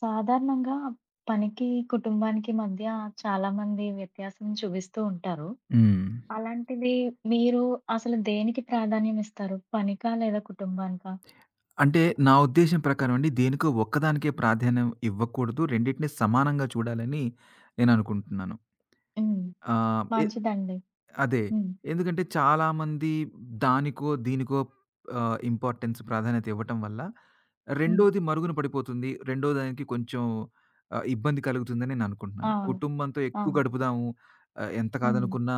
సాధారణంగా పనికి, కుటుంబానికి మధ్య చాలామంది వ్యత్యాసం చూపిస్తూ ఉంటారు. హ్మ్. అలాంటిది మీరు అసలు దేనికి ప్రాధాన్యం ఇస్తారు? పనికా? లేదా కుటుంబానికా? అంటే నా ఉద్దేశ్యం ప్రకారం అండి, దేనికో ఒక్కదానికే ప్రాధాన్యం ఇవ్వకూడదు. రెండిటిని సమానంగా చూడాలని నేననుకుంటున్నాను. హ్మ్. ఆహ్, ఎ మంచిదండి. అదే. హ్మ్. ఎందుకంటే చాలామంది దానికో, దీనికో ఇంపార్టెన్స్, ప్రాధాన్యత ఇవ్వటం వల్ల హ్మ్. రెండోది మరుగున పడిపోతుంది. రెండో దానికి కొంచెం ఇబ్బంది కలుగుతుందని నేననుకుంటున్నాను. అవును. కుటుంబంతో ఎక్కువ అవును. గడుపుదాము. ఎంత హ్మ్. కాదనుకున్నా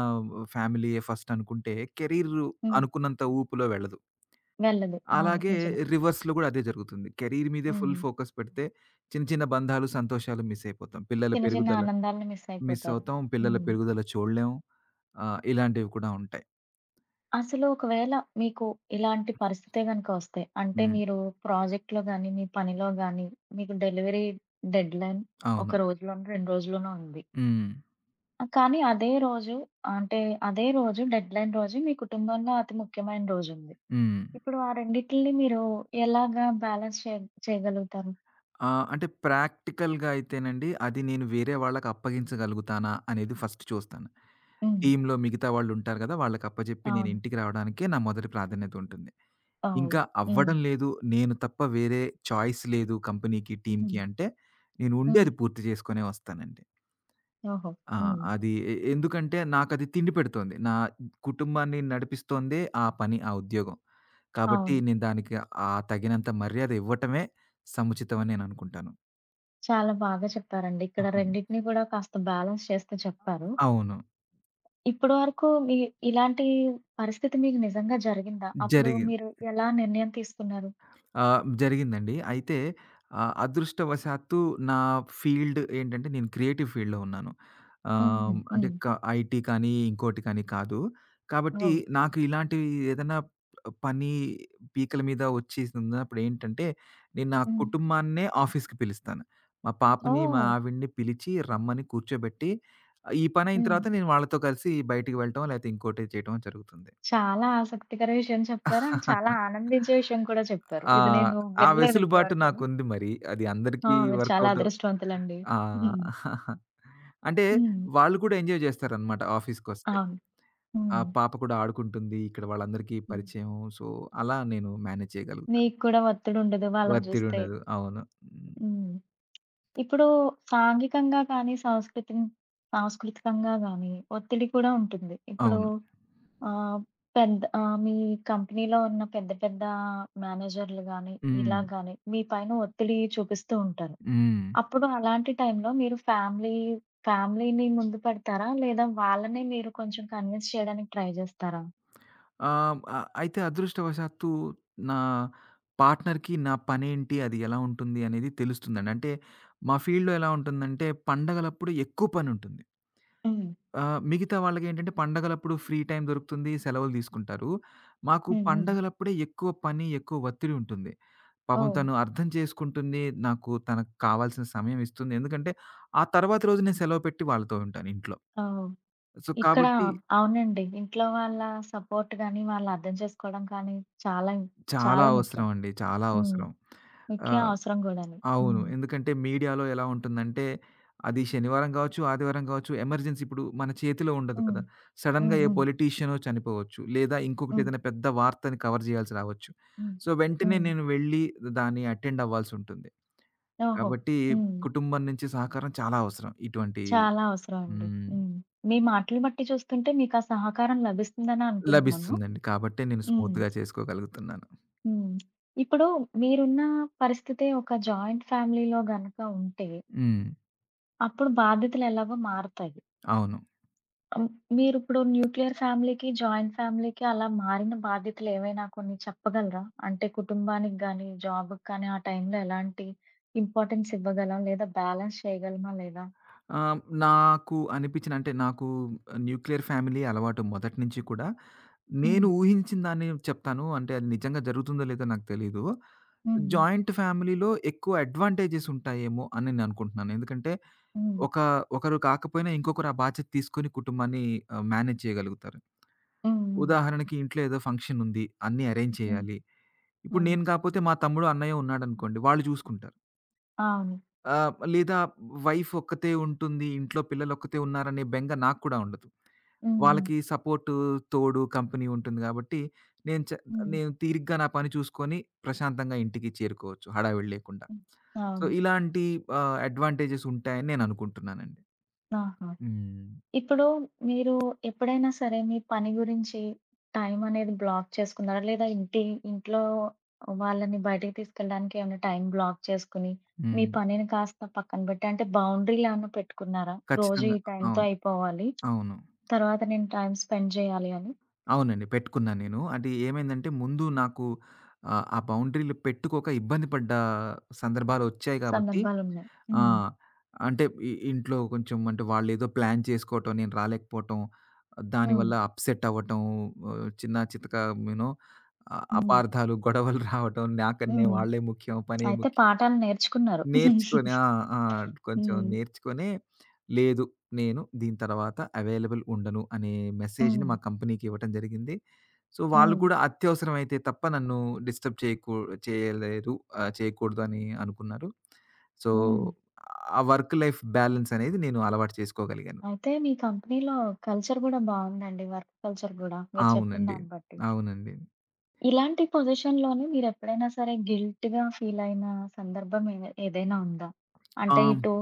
ఫ్యామిలీయే ఫస్ట్ అనుకుంటే కెరీర్ హ్మ్. అనుకున్నంత ఊపులో వెళ్ళదు. వెళ్ళదు. అవును. అలాగే నిజమే. రివర్స్‌లో గూడా అదే జరుగుతుంది. కెరీర్ మీదే ఫుల్ హ్మ్. ఫోకస్ పెడితే చిన్న చిన్న బంధాలు, సంతోషాలు మిస్ అయిపోతాం. పిల్లల చిన్న, చిన్న పెరుగుదల ఆనందాలను మిస్ మిస్ అయిపోతారు. అవుతాం. పిల్లల హ్మ్. పెరుగుదల చూడలేం. ఇలాంటివి కూడా ఉంటాయి. అసలు ఒకవేళ మీకు ఇలాంటి పరిస్థితే గనుక వస్తే, అంటే హ్మ్. మీరు ప్రాజెక్ట్‌లో గాని, మీ పనిలో గాని, మీకు డెలివరీ డెడ్‌లైన్ అవును. ఒక రోజులోనో, 2 రోజుల్లోనో ఉంది. హ్మ్. కానీ అదే రోజు అంటే అదే రోజు డెడ్‌లైన్ రోజు మీ కుటుంబంలో అతి ముఖ్యమైన రోజుంది. హ్మ్. ఇప్పుడు ఆ రెండిటిలిని మీరు ఎలాగా బ్యాలెన్స్ చే చేయగలుగుతారు? ఆ! అంటే ప్రాక్టికల్‌గా అయితేనండి, అది నేను వేరే వాళ్ళకి అప్పగించగలుగుతానా అనేది ఫస్ట్ చూస్తాను. హ్మ్. టీమ్‌లో మిగతా వాళ్ళుంటారు గదా! వాళ్ళకి అప్పజెప్పి నేను అవును. ఇంటికి రావడానికే నా మొదటి ప్రాధాన్యత ఉంటుంది. అవును. ఇంకా హ్మ్. అవ్వడం లేదు. నేను తప్ప వేరే చాయిస్ లేదు కంపెనీకి, టీమ్‌కి హ్మ్. అంటే నేను ఉండి హ్మ్. అది పూర్తి చేసుకునే వస్తానండి. ఓహో! ఆ! హ్మ్. అది ఎందుకంటే నాకది తిండి పెడుతోంది. నా కుటుంబాన్ని నడిపిస్తోందే ఆ పని, ఆ ఉద్యోగం. కాబట్టి అవును. నేను దానికి ఆ తగినంత మర్యాద ఇవ్వటమే సముచితం అని నేను అనుకుంటాను. చాలా బాగా చెప్పారండి. ఇక్కడ రెండిటిని కూడా కాస్త బ్యాలెన్స్ చేస్తూ చెప్పారు. అవును. ఇప్పటి వరకు మీ ఇలాంటి పరిస్థితి మీకు నిజంగా జరిగిందా? అప్పుడు జరిగిం మీరు ఎలా నిర్ణయం తీసుకున్నారు? ఆ! జరిగిందండి. అయితే అదృష్టవశాత్తు నా ఫీల్డ్ ఏంటంటే, నేను క్రియేటివ్ ఫీల్డ్‌లో ఉన్నాను. హుహు. అంటే హ్మ్. ఐటీ కానీ, ఇంకోటి కానీ కాదు. కాబట్టి ఓహ్! నాకు ఇలాంటివి ఏదైనా పని పీకల మీద వచ్చేసినప్పుడు ఏంటంటే, నేను నా హ్మ్. కుటుంబాన్నే ఆఫీస్‌కి పిలుస్తాను. మా పాపని, మా ఓహ్! ఆవిడని పిలిచి రమ్మని కూర్చోబెట్టి, ఈ పనయిన హ్మ్. తర్వాత నేను వాళ్ళతో కలిసి బయటికి వెళ్ళటం, లేకపోతే ఇంకోటి చేయటం జరుగుతుంది. చాలా ఆసక్తికర విషయం చెప్పారు. అండ్ చాలా ఆనందించే విషయం కూడా చెప్పారు. ఆ! ఇది నేను ఆ వినలేదు ఇప్పటి వెసులుబాటు వరకుని. నాకుంది మరి. అది ఆ! అందరికీ మీరు చాలా వర్కౌట్. అదృష్టవంతులండి. ఆ! హ్మ్. అంటే హ్మ్. వాళ్ళు కూడా ఎంజాయ్ జేస్తారనమాట ఆఫీస్‌కొస్తే. అవును. ఆ హ్మ్. పాప కూడా ఆడుకుంటుంది. ఇక్కడ వాళ్ళందరికీ హ్మ్. పరిచయం. సో, అలా నేను మేనేజ్ చేయగలుగుతాను. మీకు కూడా ఒత్తిడుండదు వాళ్ళని చూస్తే. ఒత్తిడుండదు. అవును. హ్మ్. హ్మ్. ఇప్పుడు సాంఘికంగా కానీ, సాంస్కృతికంగా గాని ఒత్తిడి కూడా ఉంటుంది. ఇప్పుడు అవును. ఆ! పెద్ద మీ కంపెనీలో ఉన్న పెద్ద పెద్ద మేనేజర్‌లు గాని, హ్మ్. ఇలా గాని మీ పైన ఒత్తిడి చూపిస్తూ ఉంటారు. హ్మ్. అప్పుడు అలాంటి టైంలో మీరు ఫ్యామిలీని ముందు పెడతారా? లేదా వాళ్ళని మీరు కొంచెం కన్విన్స్ చేయడానికి ట్రై జేస్తారా? ఆహ్, ఆహ్, అయితే అదృష్టవశాత్తు నా పార్ట్నర్‌కి నా పనేంటి, అది ఎలా ఉంటుంది అనేది తెలుస్తుందండి. అంటే మా ఫీల్డ్‌లో ఎలా ఉంటుందంటే, పండగలప్పుడు ఎక్కువ పనుంటుంది. హ్మ్. మిగతా వాళ్ళకేంటంటే పండగలప్పుడు ఫ్రీ టైమ్ దొరుకుతుంది. సెలవులు తీసుకుంటారు. మాకు హ్మ్. హ్మ్. పండగలప్పుడే ఎక్కువ పని, ఎక్కువ ఒత్తిడి ఉంటుంది. పాపం ఓహ్! తను అర్థం చేసుకుంటుంది. నాకు తనకు కావాల్సిన సమయం ఇస్తుంది. ఎందుకంటే ఆ తర్వాత రోజు నేను సెలవు పెట్టి వాళ్ళతో ఉంటాను ఇంట్లో. ఓహ్! సో, ఇక్కడ కాబట్టి అవునండి. ఇంట్లో వాళ్ళ సపోర్ట్ గాని, వాళ్ళు అర్థం చేసుకోవడం కానీ చాలా ఇం చాలా చాలా అవసరం ముఖ్యం. అండి. చాలా హ్మ్. అవసరం. ముఖ్య ఆహ్ అవసరం గూడాను. అవును. హ్మ్. ఎందుకంటే మీడియాలో ఎలా ఉంటుందంటే, అది శనివారం గావచ్చు, ఆదివారం గావచ్చు, ఎమర్జెన్సీ ఇప్పుడు మన చేతిలో ఉండదు హ్మ్. కదా! సడెన్‌గా హ్మ్. ఏ హ్మ్. పొలిటీషియనో చనిపోవచ్చు. లేదా ఇంకొకటి హ్మ్. ఏదైనా పెద్ద వార్తని కవర్ జేయాల్సి రావచ్చు. హ్మ్. సో, వెంటనే హ్మ్. నేను వెళ్లి దాన్ని అటెండ్ అవ్వాల్సుంటుంది. ఓహో! కాబట్టి హ్మ్. కుటుంబం నుంచి సహకారం చాలా అవసరం ఇటువంటి. చాలా అవసరం అండి. హ్మ్. హ్మ్. మీ మాటలు బట్టి చూస్తుంటే మీకా సహకారం లభిస్తుందనే అనుకుంటున్నాను. లభిస్తుందండి. కాబట్టే నేను హ్మ్. స్మూత్‌గా చేసుకోగలుగుతున్నాను. హ్మ్. ఇప్పుడు మీరున్న పరిస్థితి ఒక జాయింట్ ఫ్యామిలీలో గనక ఉంటే, హ్మ్. అప్పుడు బాధ్యతలెలాగో మారతాయి. అవును. హ్మ్. మీరిప్పుడు న్యూక్లియర్ ఫ్యామిలీకి, జాయింట్ ఫ్యామిలీకి అలా మారిన బాధ్యతలేవైనా కొన్ని చెప్పగలరా? అంటే కుటుంబానికి గానీ, జాబ్‌కి కానీ ఆ టైంలో ఎలాంటి ఇంపార్టెన్స్ ఇవ్వగలం? లేదా బ్యాలెన్స్ చేయగలమా లేదా? నాకు అనిపించిన, అంటే నాకు న్యూక్లియర్ ఫ్యామిలీ అలవాటు మొదటి నుంచి కూడా. నేను హ్మ్. ఊహించిన దాన్ని చెప్తాను. అంటే అది నిజంగా జరుగుతుందో లేదో నాకు తెలీదు. హ్మ్. హ్మ్. జాయింట్ ఫ్యామిలీలో ఎక్కువ అడ్వాంటేజెస్ ఉంటాయేమో అని నేను అనుకుంటున్నాను. ఎందుకంటే హ్మ్. ఒక ఒకరు కాకపోయినా ఇంకొకరు ఆ బాధ్యత తీసుకొని కుటుంబాన్ని మేనేజ్ చేయగలుగుతారు. హ్మ్. ఉదాహరణకి ఇంట్లో ఏదో ఫంక్షన్ ఉంది. అన్నీ అరేంజ్ హ్మ్. చేయాలి. ఆ! ఇప్పుడు నేను కాపోతే మా తమ్ముడు, అన్నయ్య ఉన్నాడనుకోండి. వాళ్ళు చూసుకుంటారు. అవును. ఆ! లేదా వైఫ్ ఒక్కతే ఉంటుంది. ఇంట్లో పిల్లలొక్కతే ఉన్నారనే బెంగ నాకు కూడా ఉండదు. హ్మ్. హ్మ్. వాళ్ళకి సపోర్టు, తోడు, కంపెనీ ఉంటుంది గాబట్టి, నేను చ హ్మ్. నేను తీరిగ్గా నా పని చూసుకొని ప్రశాంతంగా ఇంటికి చేరుకోవచ్చు హడావిడి లేకుండా. హ్మ్. సో, అవును. ఇలాంటి అడ్వాంటేజెస్ ఉంటాయని నేననుకుంటున్నానండి. ఆహా! హ్మ్. ఇప్పుడు మీరు ఎప్పుడైనా సరే మీ పని గురించి టైం అనేది బ్లాక్ చేసుకున్నారా? లేదా ఇంట్లో వాళ్ళని బయటికి తీసుకెళ్ళడానికి ఏమైనా టైం బ్లాక్ చేసుకొని, మీ హ్మ్. పనిని కాస్త పక్కన పెట్టి అంటే బౌండరీలా ఏమన్నా పెట్టుకున్నారా? రోజు ఖచ్చితంగా. ఈ టైంతో అవును. అయిపోవాలి. అవును. తర్వాత నేను టైం స్పెండ్ చేయాలి అని అవునండి, పెట్టుకున్నా నేను. అది ఏమైందంటే, ముందు నాకు ఆ బౌండరీలు పెట్టుకోక ఇబ్బంది పడ్డ సందర్భాలొచ్చాయి గాబట్టి. సందర్భాలున్నాయి. ఆ! హ్మ్. అంటే ఇంట్లో కొంచెం, అంటే వాళ్ళేదో ప్లాన్ చేసుకోవటం, నేను రాలేకపోవటం, హ్మ్. దానివల్ల అప్‌సెట్ అవ్వటం, చిన్న చితక యూనో హ్మ్. అపార్థాలు, గొడవలు రావటం, నాకన్నే హ్మ్. వాళ్ళే ముఖ్యం, పనే అయితే ముఖ్యం, పాఠాలు నేర్చుకున్నారు. నేర్చుకొని. ఆ! ఆ! కొంచెం హ్మ్. నేర్చుకొని, లేదు నేను దీని తర్వాత అవైలబుల్ ఉండను అనే మెసేజ్‌ని హ్మ్. మా కంపెనీకి ఇవ్వటం జరిగింది. సో, వాళ్ళు హ్మ్. కూడా అత్యవసరమైతే తప్ప నన్ను డిస్టర్బ్ చేయకూ చేయలేదు చేయకూడదు అని అనుకున్నారు. సో, హ్మ్. ఆ వర్క్ లైఫ్ బ్యాలెన్స్ అనేది నేను అలవాటు చేసుకోగలిగాను. అయితే మీ కంపెనీలో కల్చర్ గూడా బావుందండి. వర్క్ కల్చర్ గూడా మీరు చెప్పిన అవునండి. దాన్ని బట్టి. అవునండి. ఇలాంటి పొజిషన్‌లోనే మీరెప్పుడైనా సరే గిల్ట్‌గా ఫీలయిన సందర్భం ఏ ఏదైనా ఉందా? ఆ! అంటే ఇటు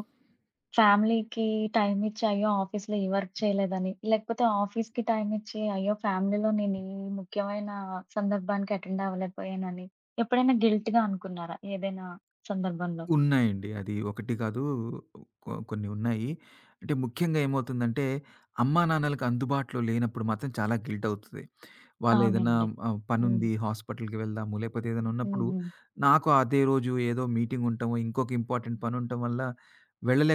ఫ్యామిలీకి టైమ్ ఇచ్చి, అయ్యో! ఆఫీస్‌లో ఈ వర్క్ చేయలేదని, లేకపోతే ఆఫీస్‌కి టైమ్ ఇచ్చి, అయ్యో! ఫ్యామిలీలో నేను ఈ ముఖ్యమైన సందర్భానికి అటెండ్ అవ్వలేకపోయానని ఎప్పుడైనా గిల్ట్‌గా అనుకున్నారా ఏదైనా సందర్భంలో? ఉన్నాయండి. అది ఒకటి కాదు, కొన్ని ఉన్నాయి. అంటే ముఖ్యంగా ఏమవుతుందంటే, అమ్మానాన్నలకి అందుబాటులో లేనప్పుడు మాత్రం చాలా గిల్ట్ అవుతది. వాళ్ళేదైనా అవునండి. హ్మ్. పనుంది హాస్పిటల్‌కి వెళ్దాము, లేకపోతే ఏదైనా హ్మ్. ఉన్నప్పుడు హ్మ్. నాకు అదే రోజు ఏదో మీటింగ్ ఉండటమో, ఇంకొక ఇంపార్టెంట్ పని ఉండటం వల్ల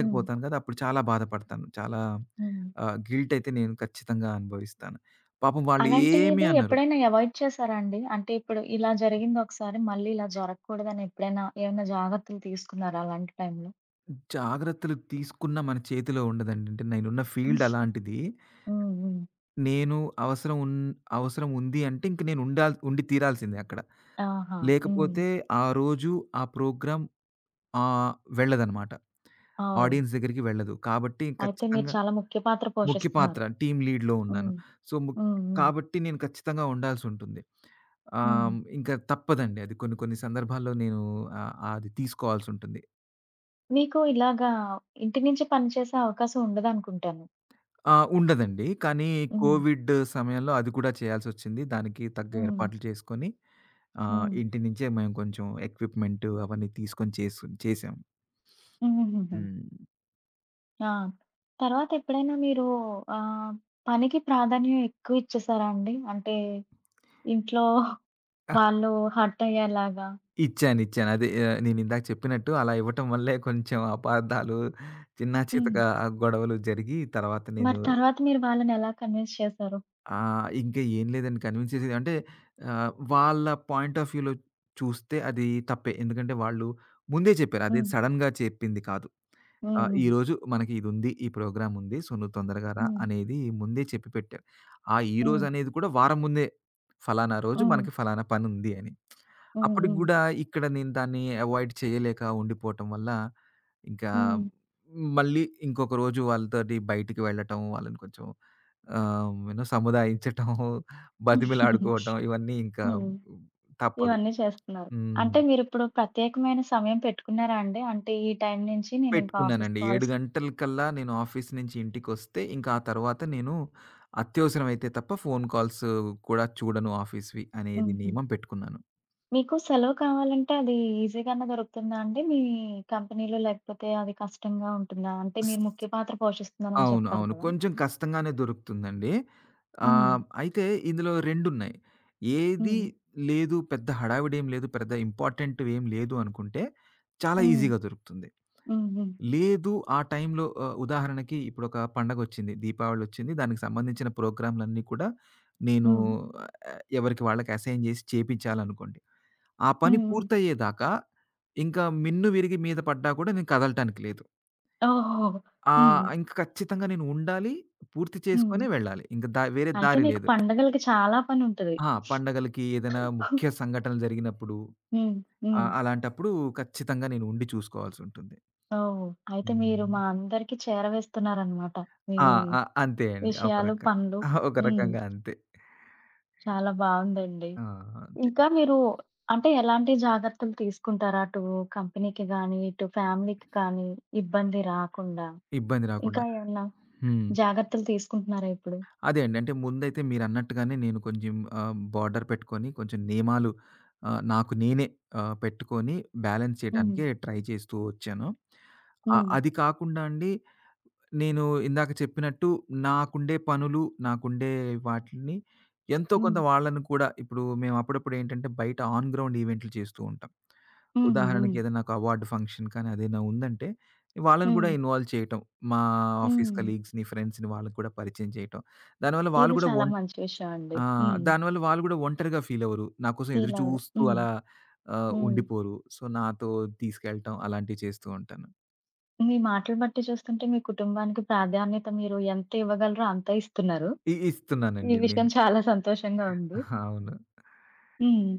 హ్మ్. కదా! అప్పుడు చాలా బాధపడతాను. చాలా హ్మ్. గిల్ట్ అయితే నేను ఖచ్చితంగా అనుభవిస్తాను. పాపం వాళ్ళు ఏమి అలాంటివి అనరు. ఎప్పుడైనా అవాయిడ్ చేసారా అండి? అంటే ఇప్పుడు ఇలా జరిగింది ఒకసారి మళ్ళీ ఇలా జరగకూడదని ఎప్పుడైనా ఏమైనా జాగ్రత్తలు తీసుకున్నారా అలాంటి టైంలో? జాగ్రత్తలు తీసుకున్న మన చేతిలో ఉండదండి. అంటే నేనున్న ఫీల్డ్ అలాంటిది. హ్మ్. హ్మ్. నేను అవసరం ఉన్ అవసరం ఉంది అంటే ఇంక నేను ఉండి తీరాల్సిందే అక్కడ. ఆహా! హ్మ్. లేకపోతే ఆ రోజు ఆ ప్రోగ్రామ్ ఆహ్, వెళ్ళదనమాట. ఓహ్! ఆడియన్స్ దగ్గరికి వెళ్ళదు. కాబట్టి అయితే మీరు ఖచ్చితంగా చాలా ముఖ్య పాత్ర ముఖ్య పాత్ర పోషిస్తున్నారు. టీమ్ లీడ్‌లో ఉన్నాను. హ్మ్. సో, ముక్ హ్మ్. హ్మ్. కాబట్టి నేను ఖచ్చితంగా ఉండాల్సుంటుంది. హ్మ్. ఇంకా తప్పదండి అది. కొన్ని కొన్ని సందర్భాల్లో నేను అది తీసుకోవాల్సుంటుంది. మీకు ఇలాగా ఇంటి నుంచి పని చేసే అవకాశం ఉండదనుకుంటాను. ఆ! ఉండదండి. కానీ హ్మ్. కోవిడ్ సమయంలో అది కూడా చేయాల్సొచ్చింది. దానికి తగ్గ హ్మ్. ఏర్పాట్లు చేసుకొని, ఆ! హ్మ్. ఇంటి నుంచే మేము కొంచెం ఎక్విప్‌మెంట్ అవన్నీ తీసుకొని చేసాం. హుహుహుహు. హ్మ్. ఆ! తర్వాత ఎప్పుడైనా మీరు ఆహ్, పనికి ప్రాధాన్యం ఎక్కువ ఇచ్చేసారా అండి? అంటే ఇంట్లో ఆ! వాళ్ళు హర్ట్ అయ్యేలాగా. ఇచ్చాను. ఇచ్చాను. అదే, నేనిందాక చెప్పినట్టు అలా ఇవ్వటం వల్లే కొంచెం అపార్థాలు, చిన్నా హ్మ్. చితకా గొడవలు జరిగి తర్వాత నేను మరి తర్వాత మీరు వాళ్ళనెలా కన్విన్స్ చేశారు? ఇంక ఏం లేదండి కన్విన్స్ చేసేది. అంటే వాళ్ళ పాయింట్ ఆఫ్ వ్యూలో చూస్తే అది తప్పే. ఎందుకంటే వాళ్ళు ముందే చెప్పారు. అదేం హ్మ్. సడెన్‌గా చెప్పింది కాదు. ఆ! హ్మ్. హ్మ్. ఈరోజు మనకి ఇదుంది. ఈ ప్రోగ్రాముంది. సో, నువ్వు తొందరగా రా హ్మ్. అనేది ముందే చెప్పి పెట్టారు. ఆ ఈరోజు హ్మ్. అనేది కూడా వారం ముందే. ఫలానా రోజు హ్మ్. మనకి ఫలానా పనుంది అని. హ్మ్. అప్పటికి హ్మ్. గూడా ఇక్కడ నేను దాన్ని అవాయిడ్ చేయలేక ఉండిపోవటం వల్ల, ఇంకా మళ్ళీ ఇంకొక రోజు వాళ్ళతోటి బయటికి వెళ్ళటం, వాళ్ళని కొంచెం సముదాయించటం, హ్మ్. బతిమిలాడుకోవటం ఇవన్నీ ఇంకా హ్మ్. తప్పదు. ఇవన్నీ చేస్తున్నారు. హ్మ్. అంటే మీరిప్పుడు ప్రత్యేకమైన సమయం పెట్టుకున్నారా అండి? అంటే ఈ టైం నుంచి నేనింకా ఆఫీస్ పెట్టుకున్నానండి. 7 కాల్స్. గంటలకల్లా నేను ఆఫీస్ నుంచి ఇంటికొస్తే, ఇంకా ఆ తర్వాత నేను అత్యవసరమైతే తప్ప ఫోను కాల్స్ కూడా చూడను ఆఫీస్‌వి అనేది హుహు. నియమం పెట్టుకున్నాను. మీకు సెలవు కావాలంటే అది ఈజీగానే దొరుకుతుందా అండి? మీ కంపెనీలో లేకపోతే అది కష్టంగా ఉంటుందా? అంటే స్ మీరు ముఖ్య పాత్ర పోషిస్తున్నానని అవును. చెప్పారు అవును. కదా! కొంచెం కష్టంగానే దొరుకుతుందండి. హ్మ్. అయితే ఇందులో 2 ఉన్నాయి. ఏది హ్మ్. లేదు, పెద్ద హడావిడేం లేదు, పెద్ద ఇంపార్టెంట్‌వేం లేదు అనుకుంటే చాలా హ్మ్. ఈజీగా దొరుకుతుంది. హ్మ్. హ్మ్. లేదు, ఆ టైంలో ఉదాహరణకి ఇప్పుడొక పండగొచ్చింది. దీపావళొచ్చింది. దానికి సంబంధించిన ప్రోగ్రామ్‌లన్నీ కూడా నేను హ్మ్. ఎవరికి వాళ్ళకి అసైన్ జేసి చేపించాలనుకోండి. ఆ పని హ్మ్. హ్మ్. పూర్తయ్యేదాకా ఇంకా మిన్ను విరిగి మీద పడ్డా కూడా నేను కదలటానికి లేదు. ఓహో! హ్మ్. ఇంక ఖచ్చితంగా నేను ఉండాలి. పూర్తి హ్మ్. చేసుకొనే వెళ్ళాలి. ఇంక దా వేరే అయితే దారి మీకు లేదు. పండగలకి చాలా పనుంటది. ఆ! పండగలకి ఏదైనా ముఖ్య సంఘటనలు జరిగినప్పుడు హ్మ్. హ్మ్. అలాంటప్పుడు ఖచ్చితంగా నేను ఉండి చూసుకోవాల్సుంటుంది. ఓహ్! అయితే మీరు హ్మ్. మా అందరికి చేరవేస్తున్నారనమాట. మీ ఆ! ఆ! అంతే అండి. విషయాలు, పనులు. ఒక హ్మ్. రకంగా అంతే. చాలా బావుందండి. ఆ! అదే. ఇంకా మీరు అంటే ఎలాంటి జాగ్రత్తలు తీసుకుంటారు? అటు కంపెనీకి గానీ, ఇటు ఫ్యామిలీకి కానీ ఇబ్బంది రాకుండా. ఇబ్బంది రాకుండా. ఇంకా ఏమన్నా హ్మ్. జాగ్రత్తలు తీసుకుంటున్నారా ఇప్పుడు? అదే అండి. అంటే ముందైతే మీరన్నట్టుగానే నేను కొంచెం బోర్డర్ పెట్టుకొని కొంచెం నియమాలు నాకు నేనే పెట్టుకొని బ్యాలెన్స్ హ్మ్. చేయడానికే ట్రై చేస్తూ వచ్చాను. హ్మ్. అది కాకుండా అండి, నేను ఇందాక చెప్పినట్టు నాకుండే పనులు, నాకుండే వాటిలిని ఎంతో హ్మ్. కొంత వాళ్ళని కూడా ఇప్పుడు మేము అప్పుడప్పుడు ఏంటంటే, బయట ఆన్ గ్రౌండ్ ఈవెంట్లు చేస్తూ ఉంటాం. హుహు. హ్మ్. ఉదాహరణకి ఏదైనా ఒక అవార్డ్ ఫంక్షన్ కానీ అదేనా ఉందంటే, వాళ్ళని కూడా హ్మ్. ఇన్వాల్వ్ చేయటం. మా ఆఫీస్ హ్మ్. కలీగ్స్‌ని, ఫ్రెండ్స్‌ని వాళ్ళకి కూడా పరిచయం చేయటం. దానివల్ల వాళ్ళు ఇది కూడా చాలా ఒన్ మంచి విషయం అండి. ఆ! హ్మ్. దానివల్ల వాళ్ళు కూడా ఒంటరిగా ఫీల్ అవ్వరు. నా కోసం ఎదురు ఫీల్ అవ్వరు. చూస్తూ హ్మ్. అలా హ్మ్. ఉండిపోరు. సో, నాతో తీసుకెళ్ళటం అలాంటివి చేస్తూ ఉంటాను. మీ మాటలు బట్టి చూస్తుంటే మీ కుటుంబానికి ప్రాధాన్యత మీరు ఎంత ఇవ్వగలరో అంతే ఇస్తున్నారు. ఈ ఇస్తున్నానండి విషయం నేను. చాలా సంతోషంగా ఉంది. అవును. హ్మ్.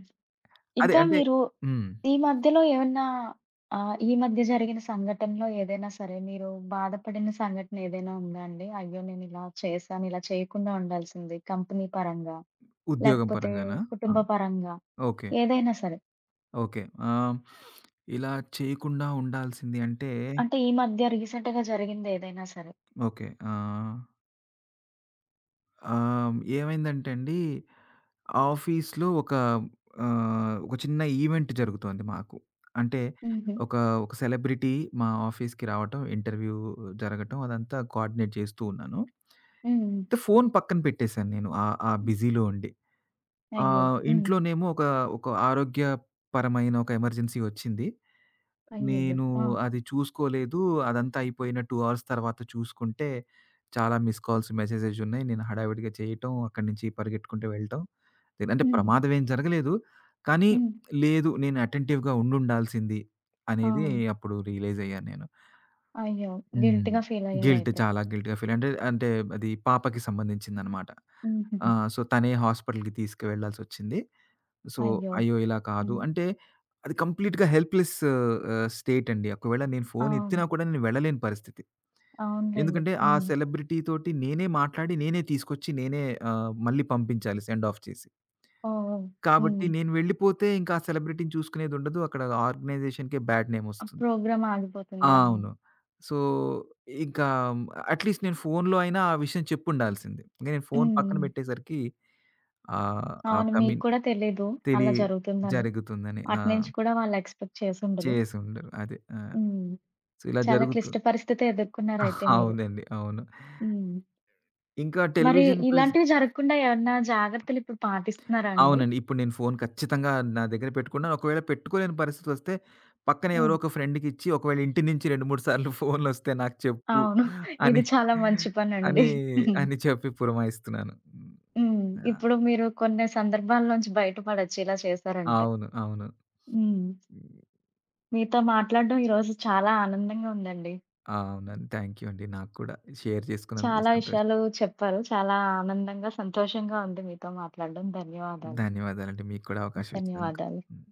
అదే ఇంకా అంటే. మీరు హ్మ్. ఈ మధ్యలో ఏమన్నా ఈ మధ్య జరిగిన సంఘటనలో ఏదైనా సరే మీరు బాధపడిన సంఘటన ఏదైనా ఉందా అండి? అయ్యో! నేను ఇలా చేశాను, ఇలా చేయకుండా ఉండాల్సింది కంపెనీ పరంగా, ఉద్యోగం లేకపోతే పరంగానా? ఆ! కుటుంబ పరంగా ఓకే. ఏదైనా సరే. ఓకే. ఆహ్, ఇలా చేయకుండా ఉండాల్సింది అంటే, అంటే ఈ మధ్య రీసెంట్‌గా జరిగింది ఏదైనా సరే? ఓకే. ఆహ్, ఆహ్, ఏమైందంటే అండి, ఆఫీస్‌లో ఒక చిన్న ఈవెంట్ జరుగుతోంది మాకు. అంటే హుహు. ఒక, ఒక సెలబ్రిటీ మా ఆఫీస్‌కి రావటం, ఇంటర్వ్యూ జరగటం, అదంతా కోఆర్డినేట్ చేస్తూ ఉన్నాను. హ్మ్. అయితే ఫోను పక్కన పెట్టేశాను నేను, ఆ ఆ బిజీలో ఉండి. అయ్యో! హ్మ్. ఇంట్లోనేమో ఒక ఆరోగ్యపరమైన ఒక ఎమర్జెన్సీ వచ్చింది. అయ్యయ్యో! నేను ఆ! అది చూసుకోలేదు. అదంతా అయిపోయిన 2 అవర్స్ తర్వాత చూసుకుంటే, చాలా మిస్ కాల్స్, మెసేజెస్ ఉన్నాయి. నేను హడావిడిగా చేయటం, అక్కడి నుంచి పరిగెట్టుకుంటూ వెళ్ళటం. అంటే హ్మ్. ప్రమాదం ఏం జరగలేదు. కానీ హ్మ్. లేదు, నేను అటెంటివ్‌గా ఉండుండాల్సింది ఆ! అనేది అప్పుడు రియలైజ్ అయ్యాను నేను. అయ్యో! హ్మ్. గిల్టీ‌గా గిల్ట్, ఫీలయ్యారయితే. చాలా గిల్ట్‌గా ఫీల్, అంటే, అంటే అది పాపకి సంబంధించిందనమాట. ఆ! హుహుహు. సో, తనే హాస్పిటల్‌కి తీసుకువెళ్ళాల్సొచ్చింది. సో, అయ్యో! అయ్యో! ఇలా కాదు హ్మ్. అంటే, అది కంప్లీట్‌గా హెల్ప్‌లెస్ స్టేట్ అండి. ఒకవేళ నేను ఆ! ఫోన్ ఎత్తినా కూడా నేను వెళ్ళలేని పరిస్థితి. అవునులెండి. ఎందుకంటే ఆ హ్మ్. సెలబ్రిటీ తోటి నేనే మాట్లాడి, నేనే తీసుకొచ్చి, నేనే మళ్ళీ పంపించాలి సెండ్ ఆఫ్ చేసి. ఓహ్! ఓహ్! కాబట్టి హ్మ్. నేను వెళ్ళిపోతే ఇంకా ఆ సెలబ్రిటీని చూసుకునేది ఉండదు. అక్కడ ఆర్గనైజేషన్‌కే బ్యాడ్ నేమ్ ఆ వస్తుంది. ప్రోగ్రామ్ ఆ! ఆగిపోతుంది. అవును. అవును. సో, ఇంకా అట్‌లీస్ట్ నేను ఫోన్‌లో అయినా ఆ విషయం చెప్పుండాల్సింది. ఇంక నేను ఫోన్ హ్మ్. పక్కన హ్మ్. పెట్టేసరికి ఆహ్, ఆ అవును. మీకు కమ్యూని కూడా తెలీదు అలా తెలి జరుగుతుందని. జరుగుతుందని. ఆ! అటెండెన్స్ కూడా వాళ్ళు ఎక్స్‌పెక్ట్ చేసుండరు. చేసుండరు. అదే. ఆ! హ్మ్. సో, ఇలా చాలా క్లిష్ట జరుగుతుంది. పరిస్థితే ఎదుర్కొన్నారయితే మీరు. అవునండి. అవును. హ్మ్. ఇంకా మరి టెలివిజన్ ప్రెస్. ఇలాంటివి జరగకుండా ఏమన్నా జాగ్రత్తలిప్పుడు పాటిస్తున్నారా అండి? అవునండి, ఇప్పుడు నేను ఫోను ఖచ్చితంగా నా దగ్గర పెట్టుకున్నాను. ఒకవేళ పెట్టుకోలేని పరిస్థితొస్తే, పక్కన ఎవరో హ్మ్. ఒక ఫ్రెండ్‌కిచ్చి ఒకవేళ ఇంటి నుంచి 2, 3 సార్లు ఫోన్‌లొస్తే నాకు చెప్పు అవును. అని, ఇది చాలా మంచి పనండి. అని, హ్మ్. అని చెప్పి పురమాయిస్తున్నాను. హ్మ్. హ్మ్. ఆహ్, ఇప్పుడు మీరు కొన్ని సందర్భాల్లోంచి బయటపడొచ్చు ఇలా చేశారంటే. అవును. అవును. హ్మ్. హ్మ్. మీతో మాట్లాడడం ఈరోజు చాలా ఆనందంగా ఉందండి. అవునండి. థాంక్ యూ అండి. నాకు కూడా షేర్ చేసుకున్నందుకు చాలా సంతోషం. విషయాలు చెప్పారు. చాలా ఆనందంగా, సంతోషంగా ఉంది మీతో మాట్లాడడం. ధన్యవాదాలు. ధన్యవాదాలండి. మీకు కూడా అవకాశం ఇచ్చినందుకు. ధన్యవాదాలు. హ్మ్.